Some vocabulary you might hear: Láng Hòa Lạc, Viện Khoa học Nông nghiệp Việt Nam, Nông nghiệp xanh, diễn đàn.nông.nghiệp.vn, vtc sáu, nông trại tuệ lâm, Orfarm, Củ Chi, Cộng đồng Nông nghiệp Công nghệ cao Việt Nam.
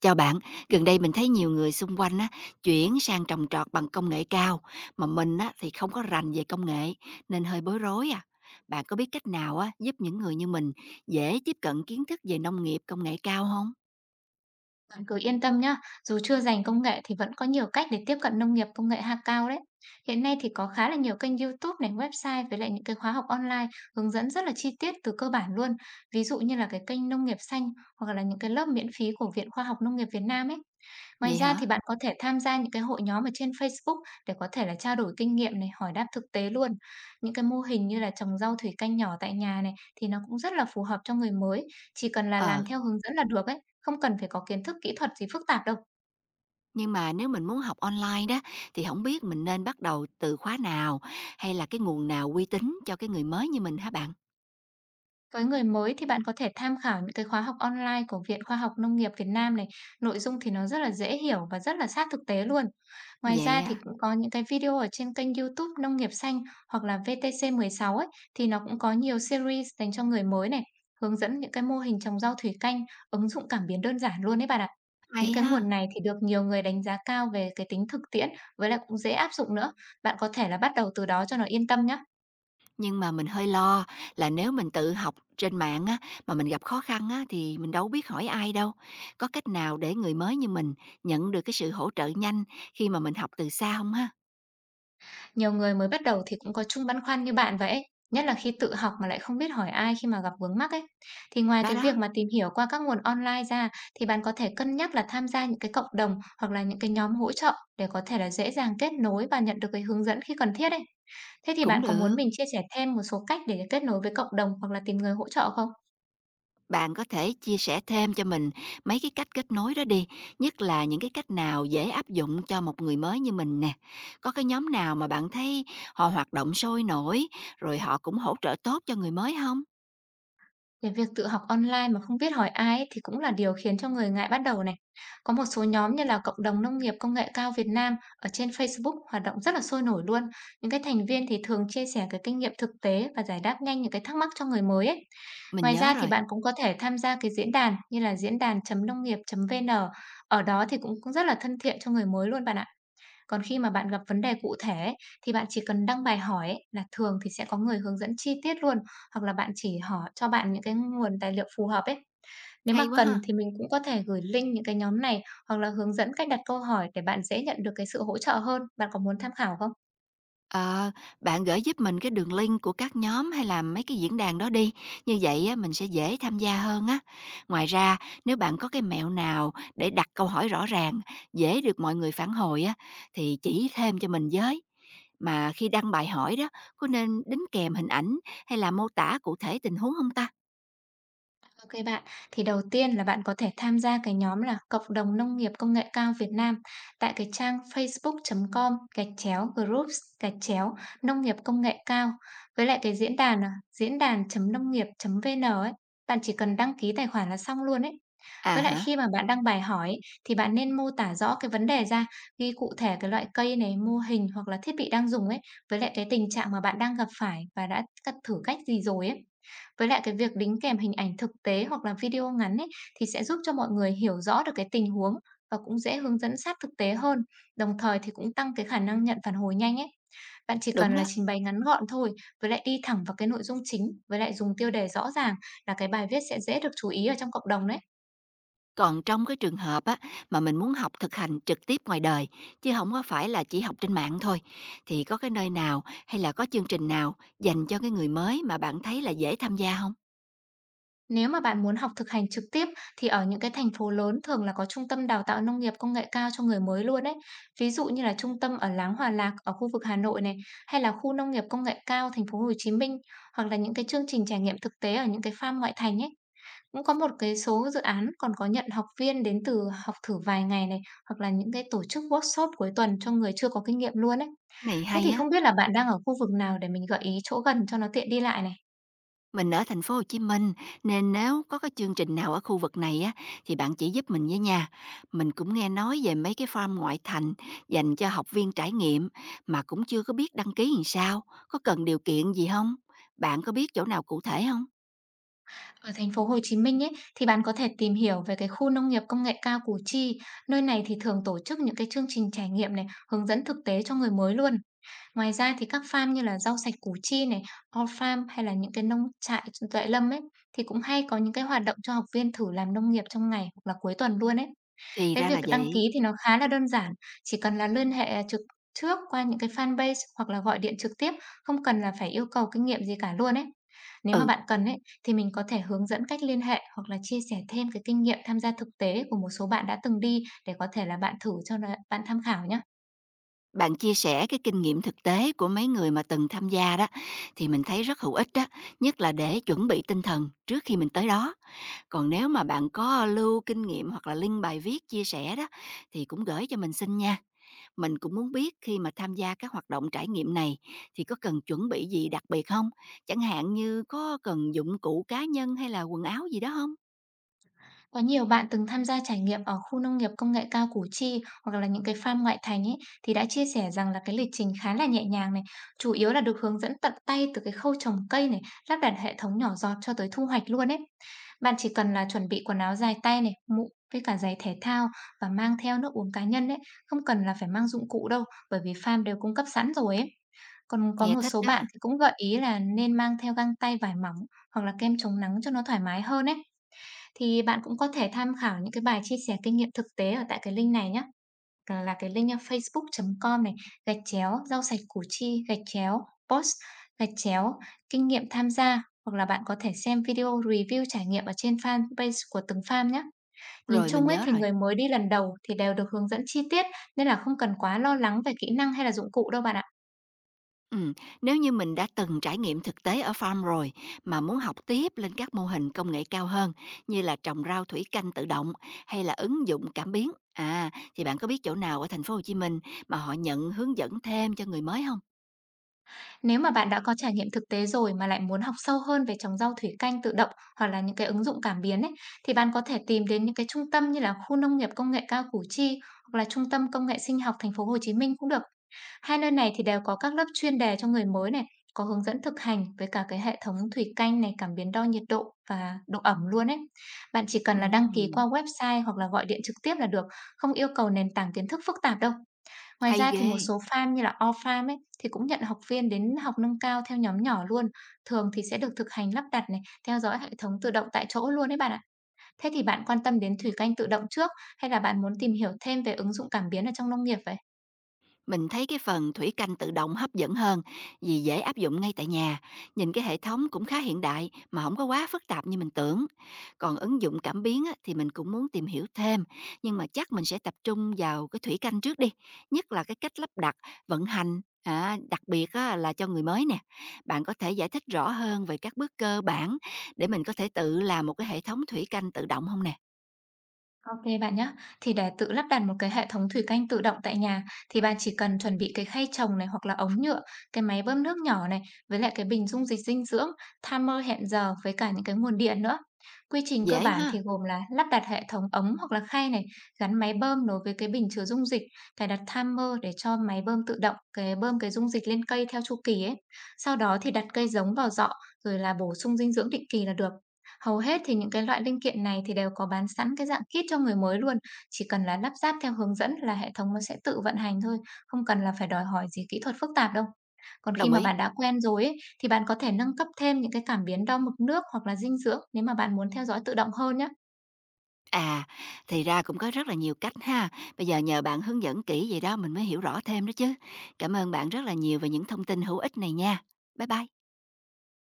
Chào bạn, gần đây mình thấy nhiều người xung quanh á, chuyển sang trồng trọt bằng công nghệ cao, mà mình á, thì không có rành về công nghệ nên hơi bối rối à. Bạn có biết cách nào á, giúp những người như mình dễ tiếp cận kiến thức về nông nghiệp công nghệ cao không? Bạn cứ yên tâm nhá, dù chưa rành công nghệ thì vẫn có nhiều cách để tiếp cận nông nghiệp công nghệ cao đấy. Hiện nay thì có khá là nhiều kênh YouTube này, website với lại những cái khóa học online hướng dẫn rất là chi tiết từ cơ bản luôn. Ví dụ như là cái kênh Nông nghiệp xanh hoặc là những cái lớp miễn phí của Viện Khoa học Nông nghiệp Việt Nam ấy. Ngoài Vậy ra thì hả? bạn có thể tham gia những cái hội nhóm ở trên Facebook để có thể là trao đổi kinh nghiệm này, hỏi đáp thực tế luôn. Những cái mô hình như là trồng rau thủy canh nhỏ tại nhà này thì nó cũng rất là phù hợp cho người mới, chỉ cần là Ờ, làm theo hướng dẫn là được ấy. Không cần phải có kiến thức kỹ thuật gì phức tạp đâu. nhưng mà nếu mình muốn học online đó thì không biết mình nên bắt đầu từ khóa nào hay là cái nguồn nào uy tín cho cái người mới như mình hả bạn? Với người mới thì bạn có thể tham khảo những cái khóa học online của Viện Khoa học Nông nghiệp Việt Nam này, nội dung thì nó rất là dễ hiểu và rất là sát thực tế luôn. Ngoài Vậy ra thì à, cũng có những cái video ở trên kênh YouTube Nông nghiệp xanh hoặc là VTC6 ấy, thì nó cũng có nhiều series dành cho người mới này, hướng dẫn những cái mô hình trồng rau thủy canh, ứng dụng cảm biến đơn giản luôn đấy bạn ạ. Những hay cái nguồn ha. này thì được nhiều người đánh giá cao về cái tính thực tiễn, với lại cũng dễ áp dụng nữa. Bạn có thể là bắt đầu từ đó cho nó yên tâm nhé. Nhưng mà mình hơi lo là nếu mình tự học trên mạng á, mà mình gặp khó khăn á, thì mình đâu biết hỏi ai đâu. Có cách nào để người mới như mình nhận được cái sự hỗ trợ nhanh khi mà mình học từ xa không ha? Nhiều người mới bắt đầu thì cũng có chung băn khoăn như bạn vậy ấy, nhất là khi tự học mà lại không biết hỏi ai khi mà gặp vướng mắc ấy. Thì ngoài Đó cái việc đó, mà tìm hiểu qua các nguồn online ra, thì bạn có thể cân nhắc là tham gia những cái cộng đồng hoặc là những cái nhóm hỗ trợ để có thể là dễ dàng kết nối và nhận được cái hướng dẫn khi cần thiết ấy. Thế thì cũng bạn có muốn được. mình chia sẻ thêm một số cách để kết nối với cộng đồng hoặc là tìm người hỗ trợ không? Bạn có thể chia sẻ thêm cho mình mấy cái cách kết nối đó đi, nhất là những cái cách nào dễ áp dụng cho một người mới như mình nè. Có cái nhóm nào mà bạn thấy họ hoạt động sôi nổi, rồi họ cũng hỗ trợ tốt cho người mới không? Cái việc tự học online mà không biết hỏi ai ấy, thì cũng là điều khiến cho người ngại bắt đầu này. Có một số nhóm như là Cộng đồng Nông nghiệp Công nghệ cao Việt Nam ở trên Facebook hoạt động rất là sôi nổi luôn. Những cái thành viên thì thường chia sẻ cái kinh nghiệm thực tế và giải đáp nhanh những cái thắc mắc cho người mới ấy. Mình Ngoài nhớ ra thì rồi, bạn cũng có thể tham gia cái diễn đàn như là diễn đàn.nông chấm nghiệp.vn. chấm vn. Ở đó thì cũng cũng rất là thân thiện cho người mới luôn bạn ạ. Còn khi mà bạn gặp vấn đề cụ thể ấy, thì bạn chỉ cần đăng bài hỏi ấy, là thường thì sẽ có người hướng dẫn chi tiết luôn, hoặc là bạn chỉ hỏi cho bạn những cái nguồn tài liệu phù hợp ấy. Nếu mà hay quá cần ha. thì mình cũng có thể gửi link những cái nhóm này hoặc là hướng dẫn cách đặt câu hỏi để bạn dễ nhận được cái sự hỗ trợ hơn. Bạn có muốn tham khảo không? Ờ, bạn gửi giúp mình cái đường link của các nhóm hay là mấy cái diễn đàn đó đi, như vậy á mình sẽ dễ tham gia hơn á. Ngoài ra, nếu bạn có cái mẹo nào để đặt câu hỏi rõ ràng, dễ được mọi người phản hồi á thì chỉ thêm cho mình với. Mà khi đăng bài hỏi đó, có nên đính kèm hình ảnh hay là mô tả cụ thể tình huống không ta? Ok bạn, thì đầu tiên là bạn có thể tham gia cái nhóm là Cộng đồng Nông nghiệp Công nghệ cao Việt Nam tại cái trang facebook.com gạch chéo groups gạch chéo nông nghiệp công nghệ cao, với lại cái diễn đàn là diễn đàn.nông nghiệp.vn ấy. Bạn chỉ cần đăng ký tài khoản là xong luôn ấy. À Với lại hả, khi mà bạn đăng bài hỏi ấy, thì bạn nên mô tả rõ cái vấn đề ra, ghi cụ thể cái loại cây này, mô hình hoặc là thiết bị đang dùng ấy, với lại cái tình trạng mà bạn đang gặp phải và đã thử cách gì rồi ấy. Với lại cái việc đính kèm hình ảnh thực tế hoặc là video ngắn ấy, thì sẽ giúp cho mọi người hiểu rõ được cái tình huống và cũng dễ hướng dẫn sát thực tế hơn, đồng thời thì cũng tăng cái khả năng nhận phản hồi nhanh ấy. Bạn chỉ đúng cần là đó. trình bày ngắn gọn thôi, với lại đi thẳng vào cái nội dung chính, với lại dùng tiêu đề rõ ràng là cái bài viết sẽ dễ được chú ý ở trong cộng đồng đấy. Còn trong cái trường hợp á, mà mình muốn học thực hành trực tiếp ngoài đời, chứ không có phải là chỉ học trên mạng thôi, thì có cái nơi nào hay là có chương trình nào dành cho cái người mới mà bạn thấy là dễ tham gia không? Nếu mà bạn muốn học thực hành trực tiếp thì ở những cái thành phố lớn thường là có trung tâm đào tạo nông nghiệp công nghệ cao cho người mới luôn đấy. Ví dụ như là trung tâm ở Láng Hòa Lạc ở khu vực Hà Nội này, hay là khu nông nghiệp công nghệ cao thành phố Hồ Chí Minh, hoặc là những cái chương trình trải nghiệm thực tế ở những cái farm ngoại thành ấy. Cũng có một cái số dự án còn có nhận học viên đến từ học thử vài ngày này, hoặc là những cái tổ chức workshop cuối tuần cho người chưa có kinh nghiệm luôn ấy. Này Thế hay thì á, không biết là bạn đang ở khu vực nào để mình gợi ý chỗ gần cho nó tiện đi lại này. mình ở thành phố Hồ Chí Minh nên nếu có cái chương trình nào ở khu vực này á, thì bạn chỉ giúp mình với nha. Mình cũng nghe nói về mấy cái farm ngoại thành dành cho học viên trải nghiệm mà cũng chưa có biết đăng ký làm sao, có cần điều kiện gì không? Bạn có biết chỗ nào cụ thể không? Ở thành phố Hồ Chí Minh ấy, thì bạn có thể tìm hiểu về cái khu nông nghiệp công nghệ cao Củ Chi. Nơi này thì thường tổ chức những cái chương trình trải nghiệm này, hướng dẫn thực tế cho người mới luôn. Ngoài ra thì các farm như là rau sạch Củ Chi này, Orfarm hay là những cái nông trại tuệ lâm ấy, thì cũng hay có những cái hoạt động cho học viên thử làm nông nghiệp trong ngày hoặc là cuối tuần luôn ấy. Thì Cái ra việc là đăng ký vậy. thì nó khá là đơn giản, chỉ cần là liên hệ trước qua những cái fanpage hoặc là gọi điện trực tiếp, không cần là phải yêu cầu kinh nghiệm gì cả luôn ấy. Nếu mà Ừ. bạn cần ấy, thì mình có thể hướng dẫn cách liên hệ hoặc là chia sẻ thêm cái kinh nghiệm tham gia thực tế của một số bạn đã từng đi, để có thể là bạn thử, cho là bạn tham khảo nhé. Bạn chia sẻ cái kinh nghiệm thực tế của mấy người mà từng tham gia đó thì mình thấy rất hữu ích đó, nhất là để chuẩn bị tinh thần trước khi mình tới đó. Còn nếu mà bạn có lưu kinh nghiệm hoặc là link bài viết chia sẻ đó thì cũng gửi cho mình xin nha. Mình cũng muốn biết khi mà tham gia các hoạt động trải nghiệm này thì có cần chuẩn bị gì đặc biệt không, chẳng hạn như có cần dụng cụ cá nhân hay là quần áo gì đó không? Có nhiều bạn từng tham gia trải nghiệm ở khu nông nghiệp công nghệ cao Củ Chi hoặc là những cái farm ngoại thành ấy, thì đã chia sẻ rằng là cái lịch trình khá là nhẹ nhàng này, chủ yếu là được hướng dẫn tận tay từ cái khâu trồng cây này, lắp đặt hệ thống nhỏ giọt cho tới thu hoạch luôn ấy. Bạn chỉ cần là chuẩn bị quần áo dài tay này, mũ với cả giày thể thao và mang theo nước uống cá nhân đấy, không cần là phải mang dụng cụ đâu, bởi vì farm đều cung cấp sẵn rồi ấy. Còn có Nghe một thích số bạn đó. thì cũng gợi ý là nên mang theo găng tay vải mỏng hoặc là kem chống nắng cho nó thoải mái hơn ấy. Thì bạn cũng có thể tham khảo những cái bài chia sẻ kinh nghiệm thực tế ở tại cái link này nhé. Là cái link, facebook.com này, gạch chéo rau sạch Củ Chi, gạch chéo post, gạch chéo kinh nghiệm tham gia, hoặc là bạn có thể xem video review trải nghiệm ở trên fanpage của từng farm nhé. Nhìn Rồi mình chung ấy nhớ thì rồi. người mới đi lần đầu thì đều được hướng dẫn chi tiết, nên là không cần quá lo lắng về kỹ năng hay là dụng cụ đâu bạn ạ. Ừm, nếu như mình đã từng trải nghiệm thực tế ở farm rồi mà muốn học tiếp lên các mô hình công nghệ cao hơn như là trồng rau thủy canh tự động hay là ứng dụng cảm biến, thì bạn có biết chỗ nào ở thành phố Hồ Chí Minh mà họ nhận hướng dẫn thêm cho người mới không? Nếu mà bạn đã có trải nghiệm thực tế rồi mà lại muốn học sâu hơn về trồng rau thủy canh tự động hoặc là những cái ứng dụng cảm biến ấy, thì bạn có thể tìm đến những cái trung tâm như là khu nông nghiệp công nghệ cao Củ Chi hoặc là trung tâm công nghệ sinh học thành phố Hồ Chí Minh cũng được. Hai nơi này thì đều có các lớp chuyên đề cho người mới này, có hướng dẫn thực hành với cả cái hệ thống thủy canh này, cảm biến đo nhiệt độ và độ ẩm luôn ấy. Bạn chỉ cần là đăng ký qua Ừm, website hoặc là gọi điện trực tiếp là được, không yêu cầu nền tảng kiến thức phức tạp đâu. Ngoài hay ra thì ghê. một số farm như là Orfarm ấy, thì cũng nhận học viên đến học nâng cao theo nhóm nhỏ luôn, thường thì sẽ được thực hành lắp đặt này, theo dõi hệ thống tự động tại chỗ luôn đấy bạn ạ. Thế thì bạn quan tâm đến thủy canh tự động trước, hay là bạn muốn tìm hiểu thêm về ứng dụng cảm biến ở trong nông nghiệp vậy? Mình thấy cái phần thủy canh tự động hấp dẫn hơn vì dễ áp dụng ngay tại nhà. Nhìn cái hệ thống cũng khá hiện đại mà không có quá phức tạp như mình tưởng. Còn ứng dụng cảm biến á, thì mình cũng muốn tìm hiểu thêm, nhưng mà chắc mình sẽ tập trung vào cái thủy canh trước đi, nhất là cái cách lắp đặt, vận hành. À, đặc biệt á, là cho người mới nè, bạn có thể giải thích rõ hơn về các bước cơ bản để mình có thể tự làm một cái hệ thống thủy canh tự động không nè? OK bạn nhé, thì để tự lắp đặt một cái hệ thống thủy canh tự động tại nhà thì bạn chỉ cần chuẩn bị cái khay trồng này hoặc là ống nhựa, cái máy bơm nước nhỏ này, với lại cái bình dung dịch dinh dưỡng, timer hẹn giờ với cả những cái nguồn điện nữa. Quy trình cơ Dễ bản thì ha. gồm là lắp đặt hệ thống ống hoặc là khay này, gắn máy bơm nối với cái bình chứa dung dịch, cài đặt timer để cho máy bơm tự động cái bơm cái dung dịch lên cây theo chu kỳ ấy. Sau đó thì đặt cây giống vào giọ rồi là bổ sung dinh dưỡng định kỳ là được. Hầu hết thì những cái loại linh kiện này thì đều có bán sẵn cái dạng kit cho người mới luôn, chỉ cần là lắp ráp theo hướng dẫn là hệ thống nó sẽ tự vận hành thôi, không cần là phải đòi hỏi gì kỹ thuật phức tạp đâu. Còn khi Đồng mà ý. bạn đã quen rồi ấy, thì bạn có thể nâng cấp thêm những cái cảm biến đo mực nước hoặc là dinh dưỡng nếu mà bạn muốn theo dõi tự động hơn nhé. À, thì ra cũng có rất là nhiều cách ha. Bây giờ nhờ bạn hướng dẫn kỹ vậy đó mình mới hiểu rõ thêm đó chứ. Cảm ơn bạn rất là nhiều về những thông tin hữu ích này nha. Bye bye.